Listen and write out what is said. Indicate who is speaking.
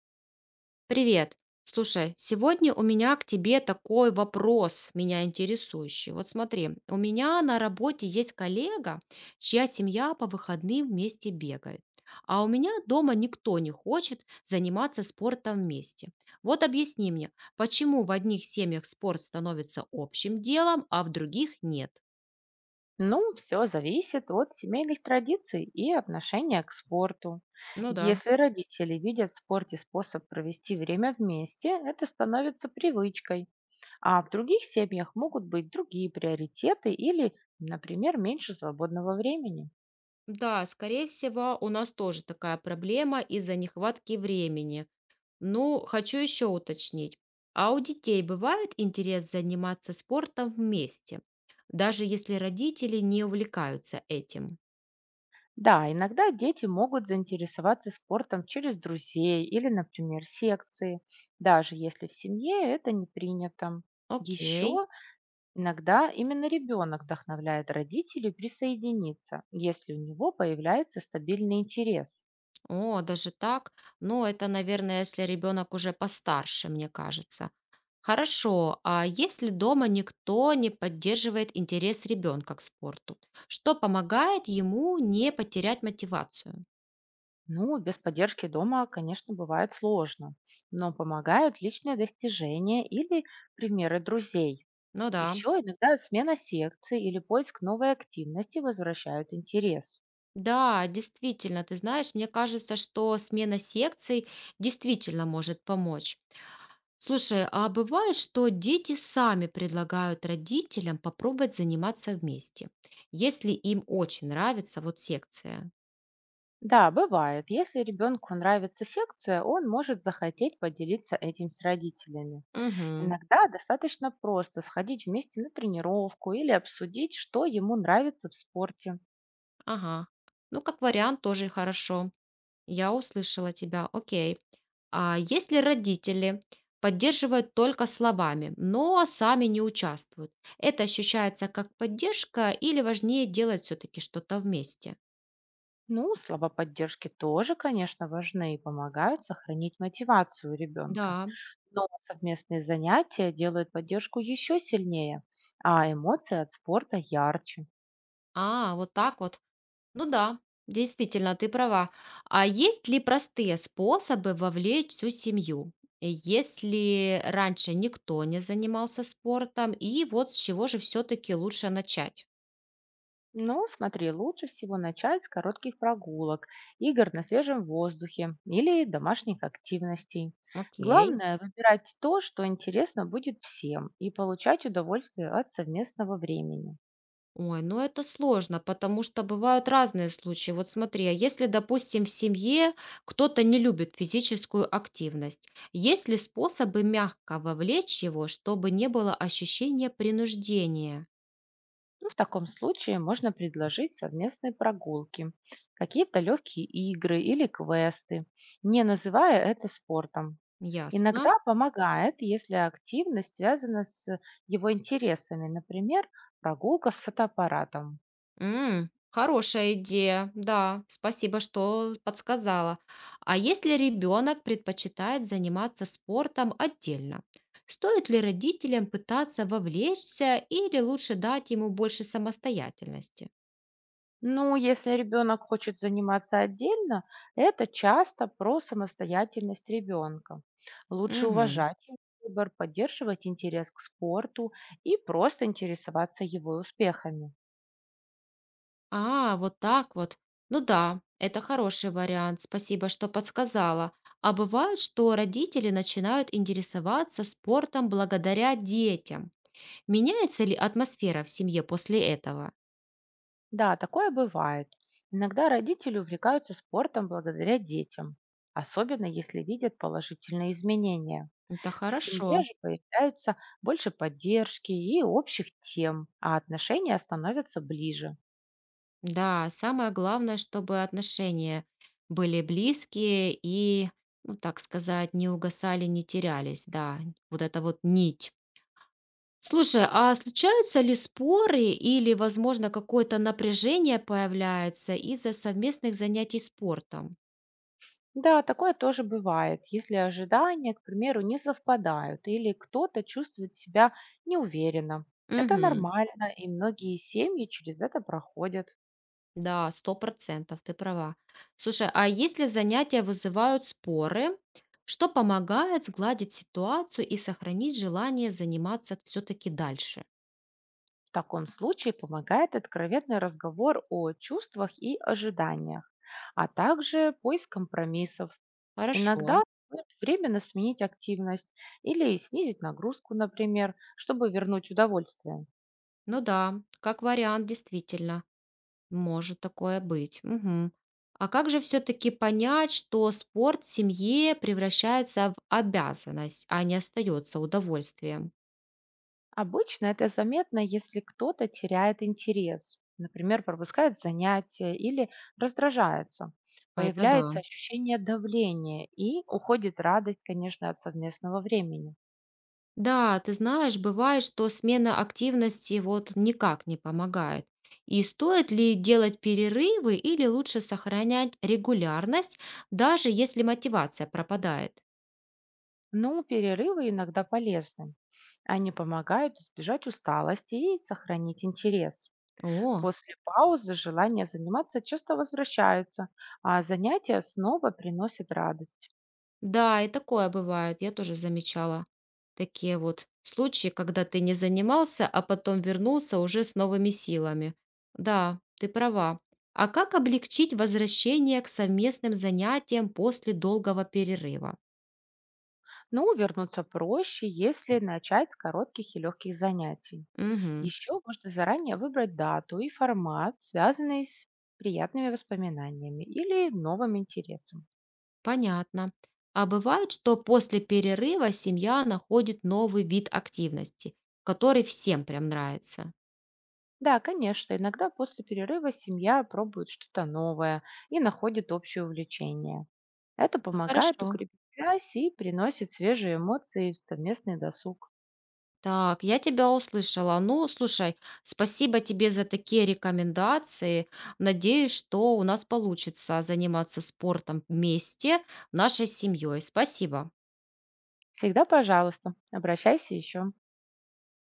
Speaker 1: Привет. Слушай, сегодня у меня к тебе такой вопрос, меня интересующий. Вот смотри, у меня на работе есть коллега, чья семья по выходным вместе бегает. А у меня дома никто не хочет заниматься спортом вместе. Вот объясни мне, почему в одних семьях спорт становится общим делом, а в других нет?
Speaker 2: Ну, все зависит от семейных традиций и отношения к спорту.
Speaker 1: Ну да.
Speaker 2: Если родители видят в спорте способ провести время вместе, это становится привычкой, а в других семьях могут быть другие приоритеты или, например, меньше свободного времени.
Speaker 1: Да, скорее всего, у нас тоже такая проблема из-за нехватки времени. Ну, хочу еще уточнить. А у детей бывает интерес заниматься спортом вместе, даже если родители не увлекаются этим?
Speaker 2: Да, иногда дети могут заинтересоваться спортом через друзей или, например, секции, даже если в семье это не принято.
Speaker 1: Окей.
Speaker 2: Еще Иногда именно ребенок вдохновляет родителей присоединиться, если у него появляется стабильный интерес.
Speaker 1: О, даже так? Ну, это, наверное, если ребенок уже постарше, мне кажется. Хорошо, а если дома никто не поддерживает интерес ребенка к спорту, что помогает ему не потерять мотивацию?
Speaker 2: Ну, без поддержки дома, конечно, бывает сложно, но помогают личные достижения или примеры друзей.
Speaker 1: Ну да.
Speaker 2: Еще иногда смена секции или поиск новой активности возвращают интерес.
Speaker 1: Да, действительно, ты знаешь, мне кажется, что смена секций действительно может помочь. Слушай, а бывает, что дети сами предлагают родителям попробовать заниматься вместе, если им очень нравится вот секция.
Speaker 2: Да, бывает, если ребенку нравится секция, он может захотеть поделиться этим с родителями.
Speaker 1: Угу,
Speaker 2: Иногда достаточно просто сходить вместе на тренировку или обсудить, что ему нравится в спорте.
Speaker 1: ага. Ну, как вариант, тоже хорошо. Я услышала тебя, окей. А если родители поддерживают только словами, но сами не участвуют, это ощущается как поддержка или важнее делать все-таки что-то вместе?
Speaker 2: Ну, слова поддержки тоже, конечно, важны и помогают сохранить мотивацию ребенка.
Speaker 1: Да.
Speaker 2: Но совместные занятия делают поддержку еще сильнее, а эмоции от спорта ярче.
Speaker 1: А, вот так вот. Ну да, действительно, ты права. А есть ли простые способы вовлечь всю семью? Если раньше никто не занимался спортом, и вот с чего же все-таки лучше начать?
Speaker 2: Ну, смотри, лучше всего начать с коротких прогулок, игр на свежем воздухе или домашних активностей.
Speaker 1: Окей.
Speaker 2: Главное– выбирать то, что интересно будет всем, и получать удовольствие от совместного времени.
Speaker 1: Ой, ну это сложно, потому что бывают разные случаи. Вот смотри, а если, допустим, в семье кто-то не любит физическую активность, есть ли способы мягко вовлечь его, чтобы не было ощущения принуждения?
Speaker 2: Ну, в таком случае можно предложить совместные прогулки, какие-то легкие игры или квесты, не называя это спортом.
Speaker 1: Ясно.
Speaker 2: Иногда помогает, если активность связана с его интересами, например, прогулка с фотоаппаратом.
Speaker 1: М, хорошая идея, да, спасибо, что подсказала. А если ребенок предпочитает заниматься спортом отдельно? Стоит ли родителям пытаться вовлечься или лучше дать ему больше самостоятельности?
Speaker 2: Ну, если ребенок хочет заниматься отдельно, это часто про самостоятельность ребенка. Лучше
Speaker 1: Мгм.
Speaker 2: уважать его выбор, поддерживать интерес к спорту и просто интересоваться его успехами.
Speaker 1: А, вот так вот. Ну да, это хороший вариант. Спасибо, что подсказала. А бывает, что родители начинают интересоваться спортом благодаря детям. Меняется ли атмосфера в семье после этого?
Speaker 2: Да, такое бывает. Иногда родители увлекаются спортом благодаря детям, особенно если видят положительные изменения.
Speaker 1: Это
Speaker 2: В семье
Speaker 1: хорошо.
Speaker 2: же появляется больше поддержки и общих тем, а отношения становятся ближе.
Speaker 1: Да, самое главное, чтобы отношения были близкие и, ну так сказать, не угасали, не терялись. Да, вот эта вот нить. Слушай, а случаются ли споры или, возможно, какое-то напряжение появляется из-за совместных занятий спортом?
Speaker 2: Да, такое тоже бывает, если ожидания, к примеру, не совпадают или кто-то чувствует себя неуверенно. Это
Speaker 1: Угу.
Speaker 2: нормально, и многие семьи через это проходят.
Speaker 1: Да, 100%, ты права. Слушай, а если занятия вызывают споры, что помогает сгладить ситуацию и сохранить желание заниматься все-таки дальше?
Speaker 2: В таком случае помогает откровенный разговор о чувствах и ожиданиях, а также поиск компромиссов.
Speaker 1: Хорошо.
Speaker 2: Иногда стоит временно сменить активность или снизить нагрузку, например, чтобы вернуть удовольствие.
Speaker 1: Ну да, как вариант, действительно. Может такое быть. Мгм. А как же все-таки понять, что спорт в семье превращается в обязанность, а не остается удовольствием?
Speaker 2: Обычно это заметно, если кто-то теряет интерес, например, пропускает занятия или раздражается.
Speaker 1: Это да.
Speaker 2: Появляется ощущение давления и уходит радость, конечно, от совместного времени.
Speaker 1: Да, ты знаешь, бывает, что смена активности вот никак не помогает. И стоит ли делать перерывы или лучше сохранять регулярность, даже если мотивация пропадает?
Speaker 2: Но перерывы иногда полезны. Они помогают избежать усталости и сохранить интерес.
Speaker 1: О.
Speaker 2: После паузы желание заниматься часто возвращается, а занятия снова приносят радость.
Speaker 1: Да, и такое бывает. Я тоже замечала такие вот случаи, когда ты не занимался, а потом вернулся уже с новыми силами. Да, ты права. А как облегчить возвращение к совместным занятиям после долгого перерыва?
Speaker 2: Ну, вернуться проще, если начать с коротких и легких занятий.
Speaker 1: Мгм,
Speaker 2: Еще можно заранее выбрать дату и формат, связанный с приятными воспоминаниями или новым интересом.
Speaker 1: понятно. А бывает, что после перерыва семья находит новый вид активности, который всем прям нравится.
Speaker 2: Да, конечно, иногда после перерыва семья пробует что-то новое и находит общее увлечение. Это
Speaker 1: Это
Speaker 2: помогает
Speaker 1: Хорошо.
Speaker 2: укрепить связь и приносит свежие эмоции в совместный досуг.
Speaker 1: Так, я тебя услышала. Ну, слушай, спасибо тебе за такие рекомендации. Надеюсь, что у нас получится заниматься спортом вместе, нашей семьей. Спасибо.
Speaker 2: Всегда, пожалуйста, обращайся еще.